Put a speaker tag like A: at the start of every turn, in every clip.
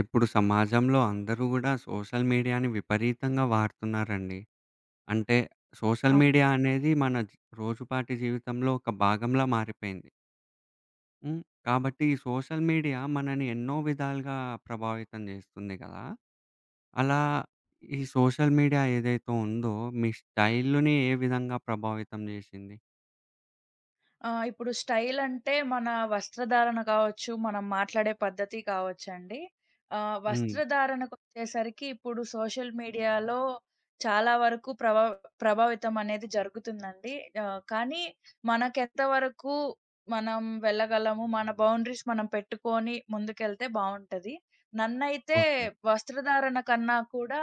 A: ఇప్పుడు సమాజంలో అందరూ గూడా సోషల్ మీడియాని విపరీతంగా వాడుతున్నారండి. అంటే సోషల్
B: అవ్
A: మీడియా అనేది మన రోజుపాటి జీవితంలో ఒక భాగంలా మారిపోయింది. హ్మ్. కాబట్టి ఈ సోషల్ మీడియా మనని ఎన్నో విధాలుగా ప్రభావితం జేస్తుంది గదా! అలా ఈ సోషల్ మీడియా ఏదైతే ఉందో మీ స్టైల్‌ని ఏ విధంగా ప్రభావితం జేసింది?
B: ఇప్పుడు స్టైల్ అంటే మన వస్త్రధారణ కావచ్చు, మనం మాట్లాడే పద్ధతి కావచ్చండి.
A: హ్మ్.
B: వస్త్రధారణకొచ్చేసరికి ఇప్పుడు సోషల్ మీడియాలో చాలా వరకు ప్రభావితం అనేది జరుగుతుందండి. కానీ మనకెంత వరకు మనం వెళ్ళగలము, మన బౌండరీస్ మనం పెట్టుకొని ముందుకెళ్తే బావుంటది. నన్నైతే
A: ఓకే.
B: వస్త్రధారణ కన్నా కూడా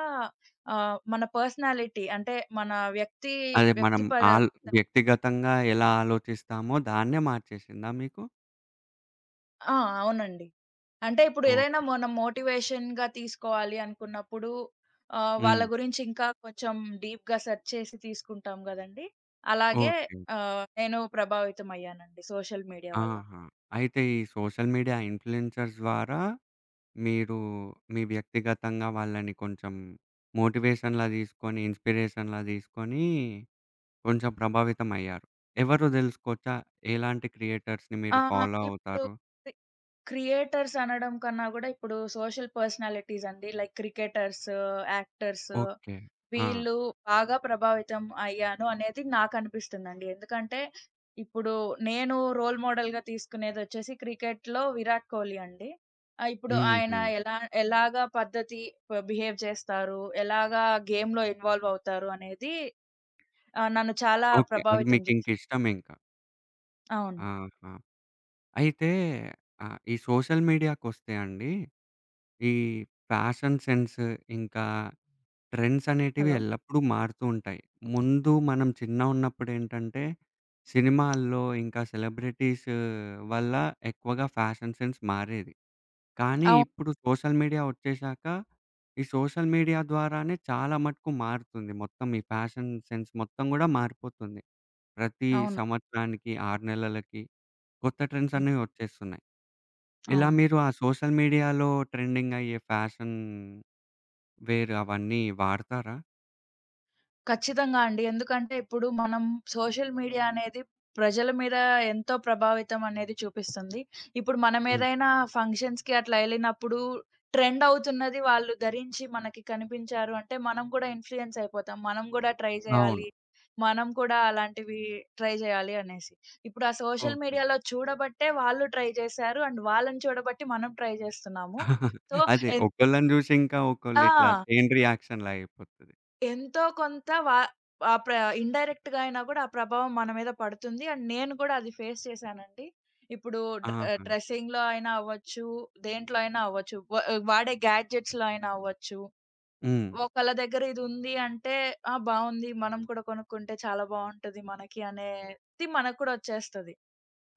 B: మన పర్సనాలిటీ అంటే మన వ్యక్తి
A: అదే మనం
B: వ్యక్తిపద
A: ఆల్ వ్యక్తిగతంగా ఎలా ఆలోచిస్తామో దాన్నే మార్చేసిందా మీకు?
B: ఆ! అవునండి. అంటే ఇప్పుడు ఏదైనా
A: ఓకే.
B: మనం మోటివేషన్‌గా తీసుకోవాలి అనుకున్నప్పుడు వాళ్ళ
A: హ్మ్.
B: గురించి ఇంకా కొంచెం డీప్‌గా సెర్చ్ చేసి తీసుకుంటాం గదండీ! అలాగే
A: ఓకే.
B: నేను ప్రభావితం అయ్యానండి సోషల్ మీడియా వల్ల.
A: ఆహా! అయితే ఈ సోషల్ మీడియా ఇన్‌ఫ్లుయెన్సర్స్ ద్వారా మీరు మీ వ్యక్తిగతంగా వాళ్ళని కొంచెం మోటివేషన్‌లా తీసుకొని, ఇన్‌స్పిరేషన్‌లా తీసుకొని కొంచెం ప్రభావితం అయ్యారు. ఎవరో తెలుసుకోవచ్చా? ఎలాంటి క్రియేటర్స్‌ని
B: ఆ!
A: మీరు ఫాలో
B: ఇప్పుడు
A: అవుతారు?
B: క్రియేటర్స్ అనడం కన్నా గూడా ఇప్పుడు సోషల్ పర్సనాలిటీస్ అండి. Like cricketers, actors
A: okay. ఆ!
B: వీళ్ళు బాగా ప్రభావితం అయ్యాను అనేది నాకనిపిస్తుందండి. ఎందుకంటే ఇప్పుడు నేను రోల్ మోడల్‌గా తీసుకునేదొచ్చేసి క్రికెట్‌లో విరాట్ కోహ్లీ అండి. ఇప్పుడు ఆయన
A: హుహు.
B: ఎలా ఎలాగా పద్ధతి ప బిహేవ్ చేస్తారు, ఎలాగా గేమ్‌లో ఇన్వాల్వ్ అవుతారు అనేది నన్ను చాలా
A: ఓకే. అది
B: ప్రభావితం చేసింది.
A: మీకింకిష్టమింక.
B: అవును.
A: ఆహా! అయితే ఈ సోషల్ మీడియాకొస్తే అండి ఈ ఫ్యాషన్ సెన్స్ ఇంకా ట్రెండ్స్ అనేటివి
B: హలో!
A: ఎల్లప్పుడూ మారుతూ ఉంటాయి. ముందు మనం చిన్నగున్నప్పుడేంటంటే, సినిమాల్లో ఇంకా సెలబ్రిటీస్ వల్ల ఎక్కువగా ఫ్యాషన్ సెన్స్ మారేది. కానీ
B: అవును.
A: ఇప్పుడు సోషల్ మీడియా ఒచ్చేశాక, ఈ సోషల్ మీడియా ద్వారానే చాలా మటుకు మారుతుంది. మొత్తం ఈ ఫ్యాషన్ సెన్స్ మొత్తం గూడా మారిపోతుంది. ప్రతి
B: అవును.
A: సంవత్సరానికి, 6 నెలలకి కొత్త ట్రెండ్స్
B: హ్మ్.
A: అనేవి ఒచ్చేస్తున్నాయి. ఇలా
B: అవును.
A: మీరు ఆ సోషల్ మీడియాలో ట్రెండింగ్ అయ్యే ఫ్యాషన్ వేరు అవన్నీ వాడతారా?
B: ఖచ్చితంగా అండి. ఎందుకంటే ఇప్పుడు మనం సోషల్ మీడియా అనేది ప్రజల మీద ఎంతో ప్రభావితం అనేది చూపిస్తుంది. ఇప్పుడు మనం
A: హ్మ్.
B: ఏదైనా ఫంక్షన్స్‌కి అట్లా ఎళ్ళినప్పుడు ట్రెండ్ అవుతున్నది వాళ్ళు ధరించి మనకి కనిపించారు అంటే మనం కూడా ఇన్‌ఫ్లూయెన్స్ అయిపోతాం. మనం కూడా ట్రై
A: అవును.
B: చేయాలి. మనం కూడా అలాంటివి ట్రై చేయాలి అనేసి. ఇప్పుడు ఆ సోషల్
A: ఓకే.
B: మీడియాలో చూడబట్టే వాళ్ళు ట్రై చేశారు. అండ్ వాళ్ళని చూడబట్టి మనం ట్రై చేస్తున్నాము. సో
A: అదే ఒకళ్ళని జూసి ఇంకా ఒకళ్ళు ఇట్లా
B: ఎంత
A: చైన్ రియాక్షన్‌లా అయిపోతది.
B: ఎంతో కొంత వా ఆ ప్ర ఇండైరెక్ట్‌గా అయినా గూడా ఆ ప్రభావం మన మీద పడుతుంది. అండ్ నేను గూడా అది ఫేస్ చేశానండి. ఇప్పుడు
A: ఆహా!
B: డ్రెసింగ్‌లో అయినా అవ్వచ్చు, దేంట్లో అయినా అవ్వచ్చు. వాడే గ్యాడ్జెట్స్‌లో అయినా అవ్వచ్చు.
A: హ్మ్.
B: ఒకళ్ళ దగ్గర ఇది ఉంది అంటే, ఆ! బావుంది. మనం కూడా కొనుక్కుంటే చాలా బావుంటది మనకి అనేసి మనకు కూడా వచ్చేస్తది.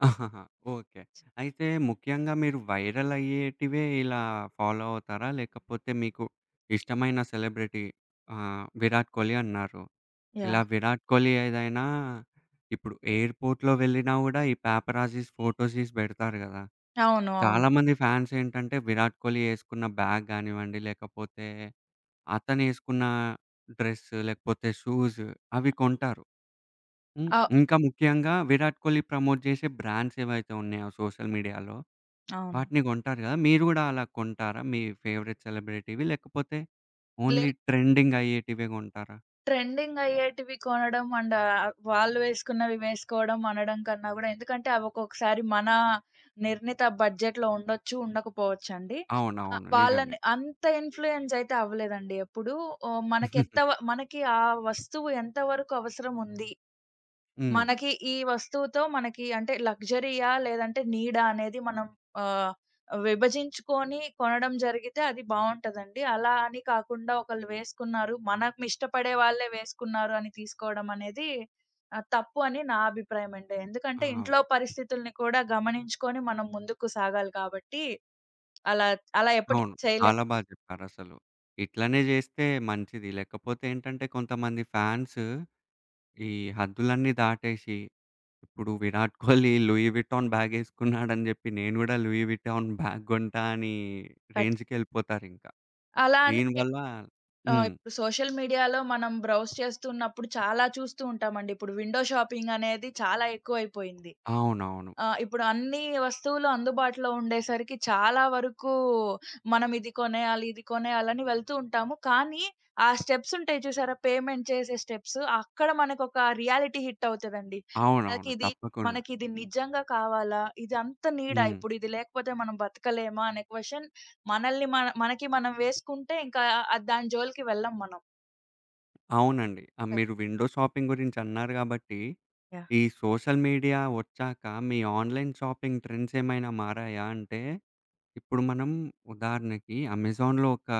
A: ఆహాహా! ఓకే. అయితే ముఖ్యంగా మీరు వైరల్ అయ్యేటివే ఇలా ఫాలో అవుతారా? లేకపోతే మీకు ఇష్టమైన సెలబ్రిటీ 'విరాట్ కోహ్లీ' అన్నారు. ఇలా
B: యాహ్!
A: 'విరాట్ కోహ్లీ' ఏదైనా ఇప్పుడు ఎయిర్‌పోర్ట్‌లో వెళ్ళినా గూడా ఈ పాపరాజీస్ ఫోటోస్ తీసి బెడతారు గదా!
B: అవును. అవును.
A: చాలామంది ఫ్యాన్స్ ఏంటంటే, విరాట్ కోహ్లీ యేసుకున్న బ్యాగ్ గానివ్వండి, లేకపోతే అతనేసుకున్న డ్రెస్, లేకపోతే షూస్ అవి కొంటారు. హ్మ్.
B: అవ్
A: ఇంకా ముఖ్యంగా విరాట్ కోహ్లీ ప్రమోట్ చేసే బ్రాండ్స్ ఏవైతే ఉన్నాయో సోషల్ మీడియాలో,
B: అవును.
A: వాటిని కొంటారు గదా! మీరు గూడా అలా కొంటారా? మీ ఫేవరెట్ సెలబ్రిటీవి లేకపోతే
B: లే
A: ఓన్లీ ట్రెండింగ్ అయ్యేటివే గొంటారా?
B: ట్రెండింగ్ అయ్యేటివి కొనడం అండ్ వాళ్ళు వేసుకున్నవి వేసుకోవడం అనడం కన్నా గూడా ఎందుకంటే అవి ఒక్కొక్కసారి మన నిర్ణీత బడ్జెట్‌లో ఉండొచ్చు, ఉండకపోవచ్చండి.
A: అవునవును. నిజమే.
B: వాళ్ళని అంత ఇన్‌ఫ్లూయెన్స్ అయితే అవ్వలేదండి ఎప్పుడూ. ఓహ్! మనకెంత వ మనకి ఆ వస్తువు ఎంత వరకు అవసరం ఉంది?
A: హ్మ్.
B: మనకి ఈ వస్తువుతో మనకి అంటే లగ్జరీయా? లేదంటే నీడా? అనేది మనం ఆహ్, విభజించుకొని కొనడం జరిగితే అది బావుంటదండి. అలా అని కాకుండా ఒకళ్ళు వేసుకున్నారు, మనం ఇష్టపడే వాళ్ళే వేసుకున్నారు అని తీసుకోవడం అనేది తప్పు అని నా అభిప్రాయం అండి. ఎందుకంటే
A: ఆ!
B: ఇంట్లో పరిస్థితుల్ని కూడా గమనించుకొని మనం ముందుకు సాగాలి కాబట్టి అలా అలా ఎప్పటికి
A: అవును.
B: చేయలేము.
A: చాలా బా చెప్పారసలు. ఇట్లనే జేస్తే మంచిది. లేకపోతే ఏంటంటే కొంతమంది ఫ్యాన్స్ ఈ హద్దులన్నీ దాటేసి, ఇప్పుడు 'విరాట్ కోహ్లీ' 'లూయి విటాన్' బ్యాగేసుకున్నాడని జెప్పి, నేను గూడా 'లూయి విటాన్' బ్యాగ్ గొంటా అని
B: ఖచ్
A: రేంజ్‌కెళ్ళిపోతారింక.
B: అలా అని
A: దీనివల్ల
B: ఆ!
A: హ్మ్.
B: ఇప్పుడు సోషల్ మీడియాలో మనం బ్రౌజ్ చేస్తున్నప్పుడు చాలా చూస్తూ ఉంటామండి. ఇప్పుడు విండో షాపింగ్ అనేది చాలా ఎక్కువైపోయింది.
A: అవునవును.
B: ఆ! ఇప్పుడు అన్ని వస్తువులు అందుబాటులో ఉండేసరికి చాలా వరకు మనం ఇది కొనేయాలి, ఇది కొనేయాలని వెళ్తూ ఉంటాము. కానీ ఆ స్టెప్స్ ఉంటాయి చూసారా? పేమెంట్ చేసే స్టెప్స్ అక్కడ మనకొక రియాలిటీ హిట్ అవుతదండి.
A: అవునవును.
B: నాకిది
A: తప్పకుండా.
B: మనకిది నిజంగా కావాలా? ఇది అంత నీడా?
A: హ్మ్.
B: ఇప్పుడు ఇది లేకపోతే మనం బతకలేమా? అనే క్వెషన్ మనల్ని మన మనకి మనం వేసుకుంటే ఇంకా దాని జోలికి వెళ్ళం మనం.
A: అవునండి. ఆ! మీరు విండో షాపింగ్ గురించన్నారు గాబట్టి,
B: యాహ్!
A: ఈ సోషల్ మీడియా ఒచ్చాక మీ ఆన్‌లైన్ షాపింగ్ ట్రెండ్సేమైనా మారాయా అంటే, ఇప్పుడు మనం ఉదాహరణకి అమెజాన్‌లో ఒక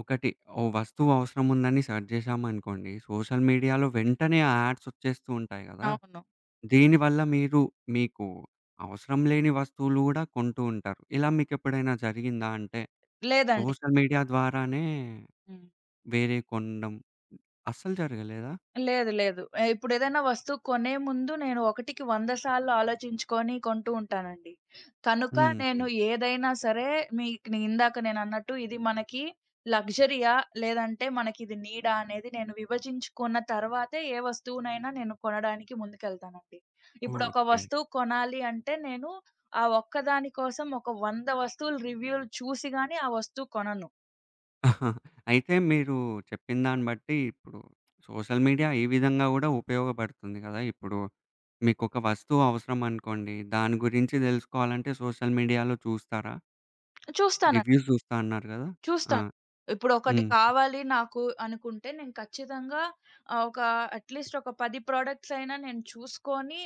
A: ఒకటి ఓ వస్తువు అవసరం ఉందని సెర్చ్ చేశామనుకోండి, సోషల్ మీడియాలో వెంటనే ఆ యాడ్స్ వచ్చేస్తూ ఉంటాయి గదా!
B: అవును.
A: దీనివల్ల మీరు మీకు అవసరం లేని వస్తువులు గూడా కొంటూ ఉంటారు. ఇలా మీకెప్పుడైనా జరిగిందా? అంటే
B: లేదండి.
A: సోషల్ మీడియా ద్వారానే
B: హ్మ్.
A: వేరే కొనడం అస్సలు జరగలేదా?
B: లేదు. లేదు. ఇప్పుడేదైనా వస్తువు కొనే ముందు నేను ఒకటికి 100 సార్లు ఆలోచించుకొని కొంటూ ఉంటానండి. కనుక
A: హుహు.
B: నేను ఏదైనా సరే మీకు నే ఇందాక నేనన్నట్టు ఇది మనకి లగ్జరీయా? లేదంటే మనకిది నీడా? అనేది నేను విభజించుకున్న తర్వాతే ఏ వస్తువునైనా నేను కొనడానికి ముందుకెళ్తానండి. ఇప్పుడొక
A: ఓకే.
B: వస్తువు కొనాలి అంటే నేను ఆ ఒక్కదాని కోసం ఒక 100 వస్తువులు రివ్యూలు చూసి గాని ఆ వస్తువు కొనను.
A: అయితే మీరు చెప్పిన దాన్ని బట్టి ఇప్పుడు సోషల్ మీడియా ఈ విధంగా గూడా ఉపయోగపడుతుంది గదా! ఇప్పుడు మీకొక వస్తువు అవసరమనుకోండి. దాని గురించి దెలుసుకోవాలంటే సోషల్ మీడియాలో చూస్తారా?
B: చూస్తాను.
A: రివ్యూస్ జూస్తా అన్నారు గదా! ఆ!
B: చూస్తాను. ఇప్పుడొకటి
A: హ్మ్.
B: కావాలి నాకు అనుకుంటే నేను ఖచ్చితంగా ఆహ్, ఒక అట్‌లీస్ట్ ఒక 10 ప్రొడక్ట్స్ అయినా నేను చూసుకొని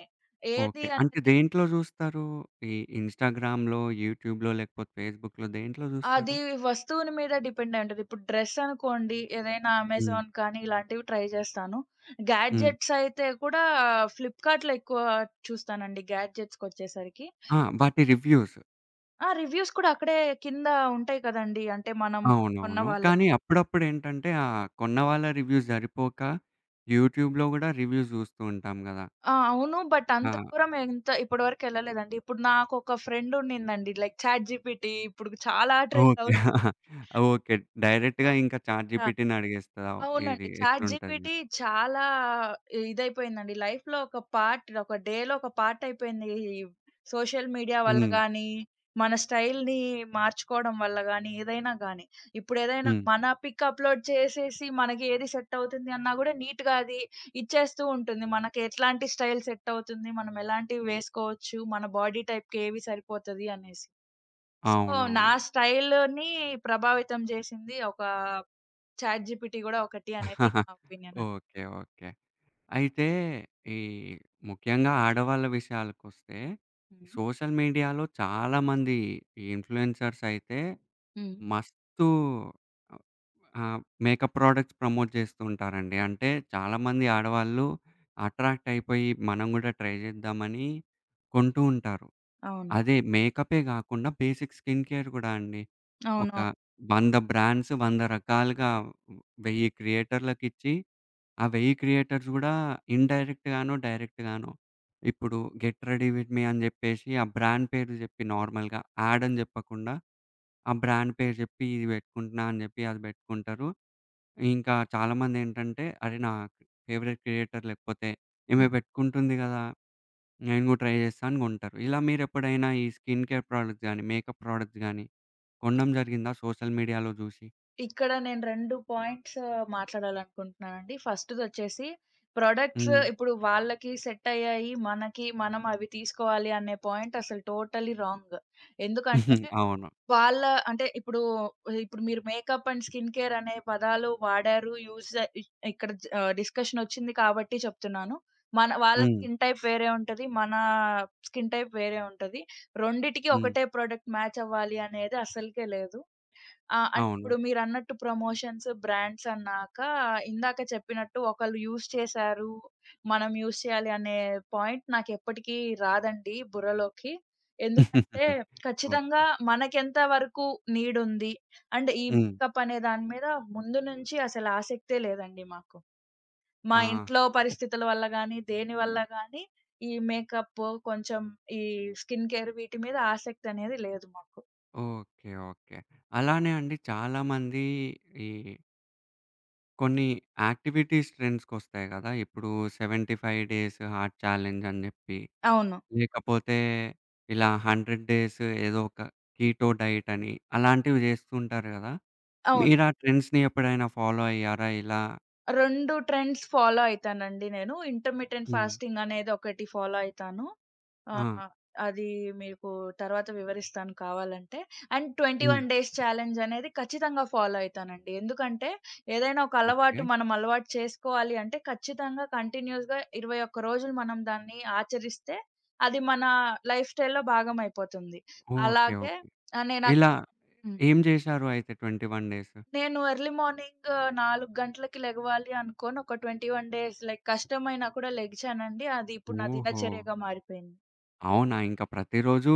B: ఏది
A: ఓకే. అంటే
B: అనేది
A: దేంట్లో జూస్తారు? ఈ ఇన్‌స్టాగ్రామ్‌లో, యూట్యూబ్‌లో లేకపోతే ఫేస్‌బుక్‌లో దేంట్లో
B: అది
A: జూస్తారు?
B: వస్తువుని మీద డిపెండ్ అయి ఉంటది. ఇప్పుడు డ్రెస్ అనుకోండి ఏదైనా
A: హ్మ్.
B: అమెజాన్ కానీ ఇలాంటివి ట్రై చేస్తాను.
A: హ్మ్.
B: గ్యాడ్జెట్స్ అయితే కూడా ఫ్లిప్‌కార్ట్‌లో ఎక్కువ చూస్తానండి గ్యాడ్జెట్స్‌కొచ్చేసరికి.
A: ఆ! వాటి రివ్యూస్.
B: ఆ! రివ్యూస్ కూడా అక్కడే కింద ఉంటాయి కదండీ. అంటే మనం కొన్న
A: అవునవును.
B: వాళ్ళవి.
A: కానీ అప్పుడప్పుడేంటంటే ఆ కొన్న వాళ్ళ రివ్యూస్ సరిపోక యూట్యూబ్‌లో గూడా రివ్యూస్ జూస్తూ ఉంటాం గదా!
B: ఆ! అవును. బట్ అంత
A: ఆ!
B: దూరం ఎంత ఇప్పటి వరకు ఎళ్ళలేదండి. ఇప్పుడు నాకొక ఫ్రెండ్ ఉండిందండి. లైక్ చాట్‌జీపీటీ ఇప్పుడు చాలా ట్రెండ్ అవు
A: ఓకే. ఓకే.
B: ఆ!
A: డైరెక్ట్‌గా ఇంకా
B: ఆ!
A: చాట్‌జీపీటీని అడిగేస్తా
B: అవునండి.
A: ఇది ఎట్లుంటది?
B: చాట్‌జీపీటీ చాలా ఇదైపోయిందండి. లైఫ్‌లో ఒక పార్ట్, ఒక డేలో ఒక పార్ట్ అయిపోయింది. ఈ సోషల్ మీడియా వల్ల
A: హ్మ్.
B: గానీ, మన స్టైల్‌ని మార్చుకోవడం వల్ల గానీ, ఏదైనా గానీ. ఇప్పుడేదైనా
A: హ్మ్.
B: మన పిక్ అప్‌లోడ్ చేసేసి మనకి ఏది సెట్ అవుతుంది అన్నా గూడా నీట్‌గా అది ఇచ్చేస్తూ ఉంటుంది. మనకి ఎట్లాంటి స్టైల్ సెట్ అవుతుంది, మనం ఎలాంటివి వేసుకోవచ్చు, మన బాడీ టైప్‌కి ఏవి సరిపోతది అనేసి. సో, నా
A: అవునవును.
B: స్టైల్‌ని ప్రభావితం జేసింది ఒక చాట్‌జిపిటీ గూడా ఒకటి అనేది నా ఒపీనియన్ అండి.
A: ఓకే. ఓకే. అయితే ఈ ముఖ్యంగా ఆడవాళ్ళ విషయాలకొస్తే
B: హ్మ్.
A: సోషల్ మీడియాలో చాలామంది ఈ ఇన్‌ఫ్లుయెన్సర్స్ అయితే
B: హ్మ్.
A: మస్తు మేకప్ ప్రొడక్ట్స్ ప్రమోట్ చేస్తూ ఉంటారండి. అంటే చాలామంది ఆడవాళ్ళు అట్రాక్ట్ అయిపోయి మనం గూడా ట్రై చేద్దామని కొంటూ ఉంటారు.
B: అవును.
A: అదే మేకపే గాకుండా బేసిక్ స్కిన్ కేర్ గూడా అండి. ఒక
B: అవునవును.
A: 100 బ్రాండ్స్ 100 రకాలుగా 1000 క్రియేటర్లకిచ్చి, ఆ 1000 క్రియేటర్స్ గూడా ఇన్‌డైరెక్ట్ గానో, డైరెక్ట్ గానో ఇప్పుడు 'గెట్ రెడీ విత్ మీ' అని జెప్పేసి ఆ బ్రాండ్ పేరు జెప్పి నార్మల్‌గా యాడ్ అని జెప్పకుండా, ఆ బ్రాండ్ పేరు జెప్పి ఇది బెట్టుకుంటున్నా అని జెప్పి అది బెట్టుకుంటారు. ఇంకా చాలామందేంటంటే, అరే! నా ఫేవరెట్ క్రియేటర్ లేకపోతే ఈమె
B: హ్మ్.
A: బెట్టుకుంటుంది గదా! నేను గూడా ట్రై జేస్తా అని గొంటారు. ఇలా మీరెప్పుడైనా ఈ స్కిన్ కేర్ ప్రొడక్ట్స్ గాని, మేకప్ ప్రొడక్ట్స్ గాని కొనడం జరిగిందా సోషల్ మీడియాలో జూసి?
B: ఇక్కడ నేను 2 పాయింట్స్ మాట్లాడాలనుకుంటున్నానండి. ఫస్ట్‌దొచ్చేసి ప్రొడక్ట్స్
A: హ్మ్.
B: ఇప్పుడు వాళ్ళకి సెట్ అయ్యాయి. మనకి మనం అవి తీసుకోవాలి అనే పాయింట్ అసలు టోటల్లీ రాంగ్. ఎందుకంటే
A: అవును.
B: వాళ్ళ అంటే ఇప్పుడు, ఇప్పుడు మీరు మేకప్ అండ్ స్కిన్ కేర్ అనే పదాలు వాడారు. యూజ్ ఇ ఇక్కడ జ ఆహ్, డిస్కషన్ వచ్చింది కాబట్టి చెప్తున్నాను. వాళ్ళ
A: హ్మ్.
B: స్కిన్ టైప్ వేరే ఉంటది. మన స్కిన్ టైప్ వేరే ఉంటది. రెండిటికి
A: హ్మ్.
B: ఒకటే ప్రొడక్ట్ మ్యాచ్ అవ్వాలి అనేది అస్సలకే లేదు. ఆ! అంటే
A: అవును.
B: ఇప్పుడు మీరన్నట్టు ప్రమోషన్స్, బ్రాండ్స్ అన్నాక ఇందాక చెప్పినట్టు ఒకళ్ళు యూజ్ చేశారు, మనం యూజ్ చేయాలి అనే పాయింట్ నాకెప్పటికీ రాదండి బుర్రలోకి. ఎందుకంటే
A: ఓకే.
B: ఖచ్చితంగా మనకెంత వరకు నీడ్ ఉంది. అండ్ ఈ
A: హ్మ్.
B: మేకప్ అనే దాని మీద ముందు నుంచి అసలు ఆసక్తే లేదండి మాకు. మా
A: ఆ!
B: ఇంట్లో పరిస్థితుల వల్ల గానీ, దేని వల్ల గానీ ఈ మేకప్ కొంచెం ఈ స్కిన్ కేర్ వీటి మీద ఆసక్తి అనేది లేదు మాకు.
A: ఓకే. ఓకే. అలానే అండి చాలామంది ఈ కొన్ని యాక్టివిటీస్ ట్రెండ్స్‌కొస్తాయి గదా! ఇప్పుడు 75 డేస్ హార్ట్ ఛాలెంజ్ అని జెప్పి,
B: అవును.
A: లేకపోతే ఇలా 100 డేస్ ఏదో ఒక కీటో డైట్ అని అలాంటివి జేస్తుంటారు గదా!
B: అవును.
A: మీరా ట్రెండ్స్‌ని ఎప్పుడైనా ఫాలో అయ్యారా ఇలా?
B: 2 ట్రెండ్స్ ఫాలో అయితానండి నేను. ఇంటర్మిటెంట్
A: హ్మ్.
B: ఫాస్టింగ్ అనేది ఒకటి ఫాలో అయితాను.
A: ఆ!
B: ఆహ్, అది మీకు తర్వాత వివరిస్తాను కావాలంటే. అండ్ 21
A: హ్మ్.
B: డేస్ ఛాలెంజ్ అనేది ఖచ్చితంగా ఫాలో అయితానండి. ఎందుకంటే ఏదైనా ఒక
A: ఓకే.
B: అలవాటు మనం అలవాటు చేసుకోవాలి అంటే ఖచ్చితంగా కంటిన్యూయస్‌గా 21 రోజులు మనం దాన్ని ఆచరిస్తే అది మన లైఫ్ స్టైల్‌లో భాగం అయిపోతుంది.
A: ఓకే.
B: అలాగే
A: ఓకే.
B: ఆహ్, నేనది
A: ఇలా
B: హ్మ్.
A: ఏం జేశారు అయితే 21 డేస్?
B: నేను ఎర్లీ మార్నింగ్ 4 గంటలకి లెగవాలి అనుకోని ఒక 21 డేస్ లైక్ కష్టమైనా కూడా లెగిచానండి. అది ఇప్పుడు నా
A: ఓహో!
B: దినచర్యగా మారిపోయింది.
A: అవునా? ఇంక ప్రతిరోజూ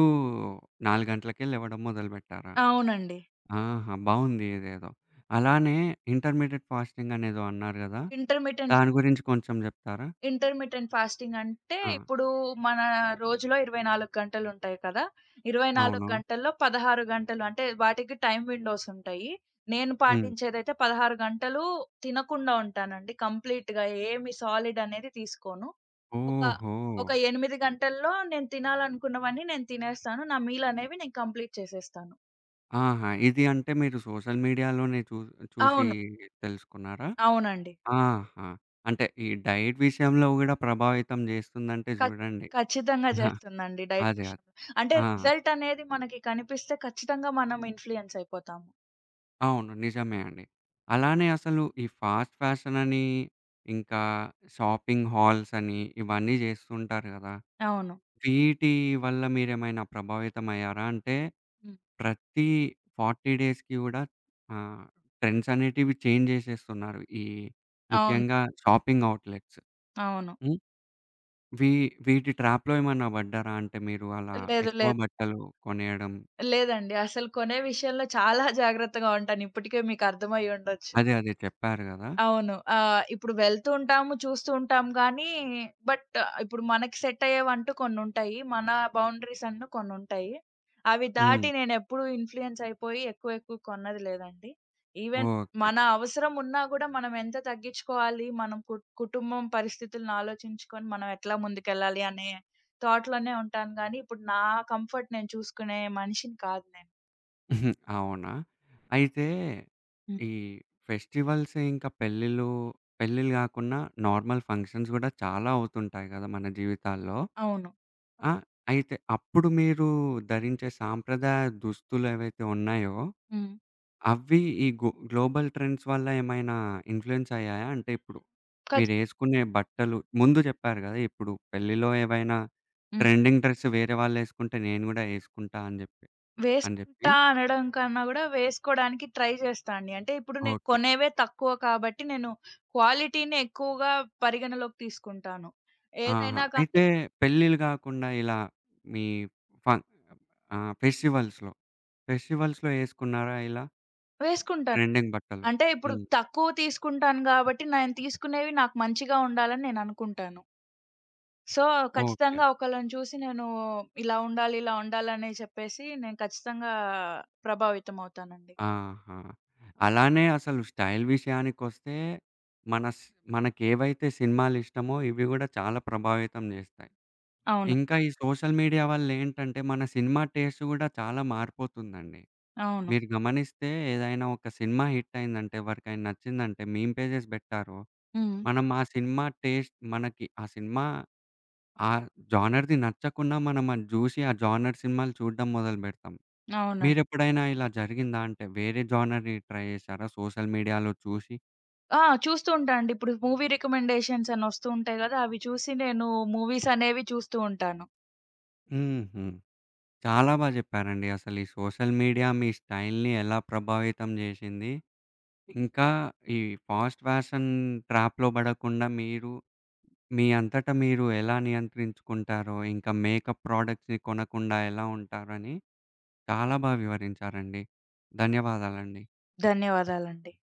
A: 4 గంటలకే లెవ్వడం మొదలుబెట్టారా?
B: అవునండి.
A: ఆహా! బావుంది ఇదేదో. అలానే ఇంటర్మీడియేట్ ఫాస్టింగ్ అనేదో అన్నారు గదా!
B: ఇంటర్మిటెంట్
A: దాని గురించి కొంచెం జెప్తారా?
B: ఇంటర్మిటెంట్ ఫాస్టింగ్ అంటే
A: ఆ!
B: ఇప్పుడు మన రోజులో 24 గంటలుంటాయి కదా! 24
A: అవును.
B: గంటల్లో 16 గంటలు అంటే వాటికి టైమ్ విండోస్ ఉంటాయి. నేను
A: హ్మ్.
B: పాటించేదైతే 16 గంటలు తినకుండా ఉంటానండి. కంప్లీట్‌గా ఏమి సాలిడ్ అనేది తీసుకోను. ఒక,
A: ఓహో!
B: ఒక 8 గంటల్లో నేను తినాలనుకున్నవన్నీ నేను తినేస్తాను. నా మీల్ అనేవి నేను కంప్లీట్ చేసేస్తాను.
A: ఆహా! ఇది అంటే మీరు సోషల్ మీడియాలోనే చూసి
B: అవును.
A: తెలుసుకున్నారా?
B: అవునండి.
A: ఆహా! అంటే ఈ డైట్ విషయంలో గూడా ప్రభావితం జేస్తుందంటే
B: ఖచ్
A: జూడండి.
B: ఖచ్చితంగా
A: అహా!
B: చేస్తుందండి డైట్
A: అదే. అదే.
B: విషయంలో. అంటే
A: ఆ!
B: రిజల్ట్ అనేది మనకి కనిపిస్తే ఖచ్చితంగా మనం ఇన్‌ఫ్లూయెన్స్ అయిపోతాము.
A: అవును. నిజమే అండి. అలానే అసలు ఈ ఫాస్ట్ ఫ్యాషన్ అని, ఇంకా షాపింగ్ హాల్స్ అని
B: హ్మ్.
A: ఇవన్నీ జేస్తుంటారు గదా!
B: అవును.
A: వీటి వల్ల మీరేమైనా ప్రభావితం అయ్యారా? అంటే
B: హ్మ్.
A: ప్రతి 40 డేస్‌కి గూడా ఆహ్, ట్రెండ్స్ అనేటివి చేంజ్ జేసేస్తున్నారు. ఈ
B: అవును.
A: ముఖ్యంగా షాపింగ్ ఔట్‌లెట్స్.
B: అవును.
A: హ్మ్. వీ వీటి ట్రాప్‌లో ఏమన్నా పడ్డారా? అంటే మీరు అలా
B: లేదు.
A: ఎక్కువ
B: లేదు.
A: బట్టలు కొనేయడం.
B: లేదండి. అసలు కొనే విషయంలో చాలా జాగ్రత్తగా ఉంటాను. ఇప్పటికే మీకు అర్థమయ్యుండొచ్చు.
A: అదే. అదే. చెప్పారు గదా!
B: అవును. ఇప్పుడు వెళ్తూ ఉంటాము, చూస్తూ ఉంటాం గానీ, బట్ ఇప్పుడు మనకి సెట్ అయ్యేవంటూ కొన్నుంటాయి. మన బౌండరీస్ అంటూ కొన్నుంటాయి. అవి
A: హ్మ్.
B: దాటి నేనెప్పుడూ ఇన్‌ఫ్లూయెన్స్ అయిపోయి ఎక్కువ ఎక్కువ కొన్నది లేదండి. Even
A: okay.
B: మన అవసరం ఉన్నా గూడా మనం ఎంత తగ్గించుకోవాలి, మనం కు కుటుంబం పరిస్థితులను ఆలోచించుకొని మనం ఎట్లా ముందుకెళ్ళాలి అనే థాట్‌లోనే ఉంటాను గానీ, ఇప్పుడు నా కంఫర్ట్ నేను చూసుకునే మనిషిని కాదు నేను.
A: అవునా? అయితే
B: హ్మ్.
A: ఈ ఫెస్టివల్స్ ఇంకా పెళ్ళిళ్ళు, పెళ్ళిళ్ళు గాకున్నా నార్మల్ ఫంక్షన్స్ గూడా చాలా అవుతుంటాయి గదా! మన జీవితాల్లో.
B: అవును.
A: ఆ! అయితే అప్పుడు మీరు ధరించే సాంప్రదాయ దుస్తులు ఏవైతే ఉన్నాయో
B: హ్మ్.
A: అవి ఈ గో గ్లోబల్ ట్రెండ్స్ వల్ల ఏమైనా ఇన్‌ఫ్లూయెన్స్ అయ్యాయా? అంటే ఇప్పుడు
B: ఖచ్
A: మీరేసుకునే బట్టలు ముందు జెప్పారు గదా! ఇప్పుడు పెళ్ళిలో ఏవైనా
B: హ్మ్.
A: ట్రెండింగ్ డ్రెస్ వేరే వాళ్ళేసుకుంటే నేను గూడా ఏసుకుంటా అని జెప్పి అని జెప్పి
B: వేసుకుంటా అనడం కన్నా గూడా వేసుకోడానికి ట్రై చేస్తా అండి. అంటే ఇప్పుడు నేను
A: ఓకే.
B: కొనేవే తక్కువ కాబట్టి నేను క్వాలిటీనే ఎక్కువగా పరిగణలోకి తీసుకుంటాను.
A: ఆహా!
B: ఏదైనా కానీ
A: అయితే పెళ్ళిళ్ళు గాకుండా ఇలా మీ ఫన్ ఫెస్టివల్స్‌లో, ఏసుకున్నారా ఇలా
B: వేసుకుంటాను.
A: ట్రెండింగ్ బట్టలు?
B: అంటే ఇప్పుడు
A: హ్మ్.
B: తక్కువ తీసుకుంటాను గాబట్టి నేను తీసుకునేవి నాకు మంచిగా ఉండాలని నేననుకుంటాను. So,
A: okay.
B: ఖచ్చితంగా ఒకళ్ళని చూసి నేను ఇలా ఉండాలి, ఇలా ఉండాలని చెప్పేసి నేను ఖచ్చితంగా ప్రభావితం అవుతానండి.
A: ఆహా! అలానే అసలు స్టైల్ విషయానికొస్తే మన స్ మనకేవైతే సినిమాలిష్టమో ఇవి గూడా చాలా ప్రభావితం జేస్తాయి.
B: అవును.
A: ఇంకా ఈ సోషల్ మీడియా వల్లేంటంటే మన సినిమా టేస్ట్ గూడా చాలా మారిపోతుందండి.
B: అవును.
A: మీరు గమనిస్తే ఏదైనా ఒక సినిమా హిట్ అయిందంటే ఎవరికైనా నచ్చిందంటే మీమ్ పేజెస్ బెట్టారో,
B: హ్మ్.
A: మనం ఆ సినిమా టేస్ట్ మనకి ఆ జోనర్‌ది నచ్చకున్నా మనం అది జూసి ఆ జోనర్ సినిమాలు చూడడం మొదలుబెడతాం.
B: అవునండి.
A: మీరెప్పుడైనా ఇలా జరిగిందా? అంటే వేరే జోనర్‌ని ట్రై చేశారా సోషల్ మీడియాలో చూసి?
B: ఆ! చూస్తూ ఉంటా అండి. ఇప్పుడు మూవీ రికమెండేషన్స్ అని వస్తూ ఉంటాయి గదా! అవి చూసి నేను మూవీస్ అనేవి చూస్తూ ఉంటాను.
A: హుహు. చాలా బా చెప్పారండి. అసలు ఈ సోషల్ మీడియా మీ స్టైల్‌ని ఎలా ప్రభావితం చేసింది? ఇంకా ఈ ఫాస్ట్ ఫ్యాషన్ ట్రాప్‌లో పడకుండా మీరు మీ అంతట మీరు ఎలా నియంత్రించుకుంటారో, ఇంకా మేకప్ ప్రొడక్ట్స్‌ని కొనకుండా ఎలా ఉంటారని చాలా బా వివరించారండి. ధన్యవాదాలండి.
B: ధన్యవాదాలండి.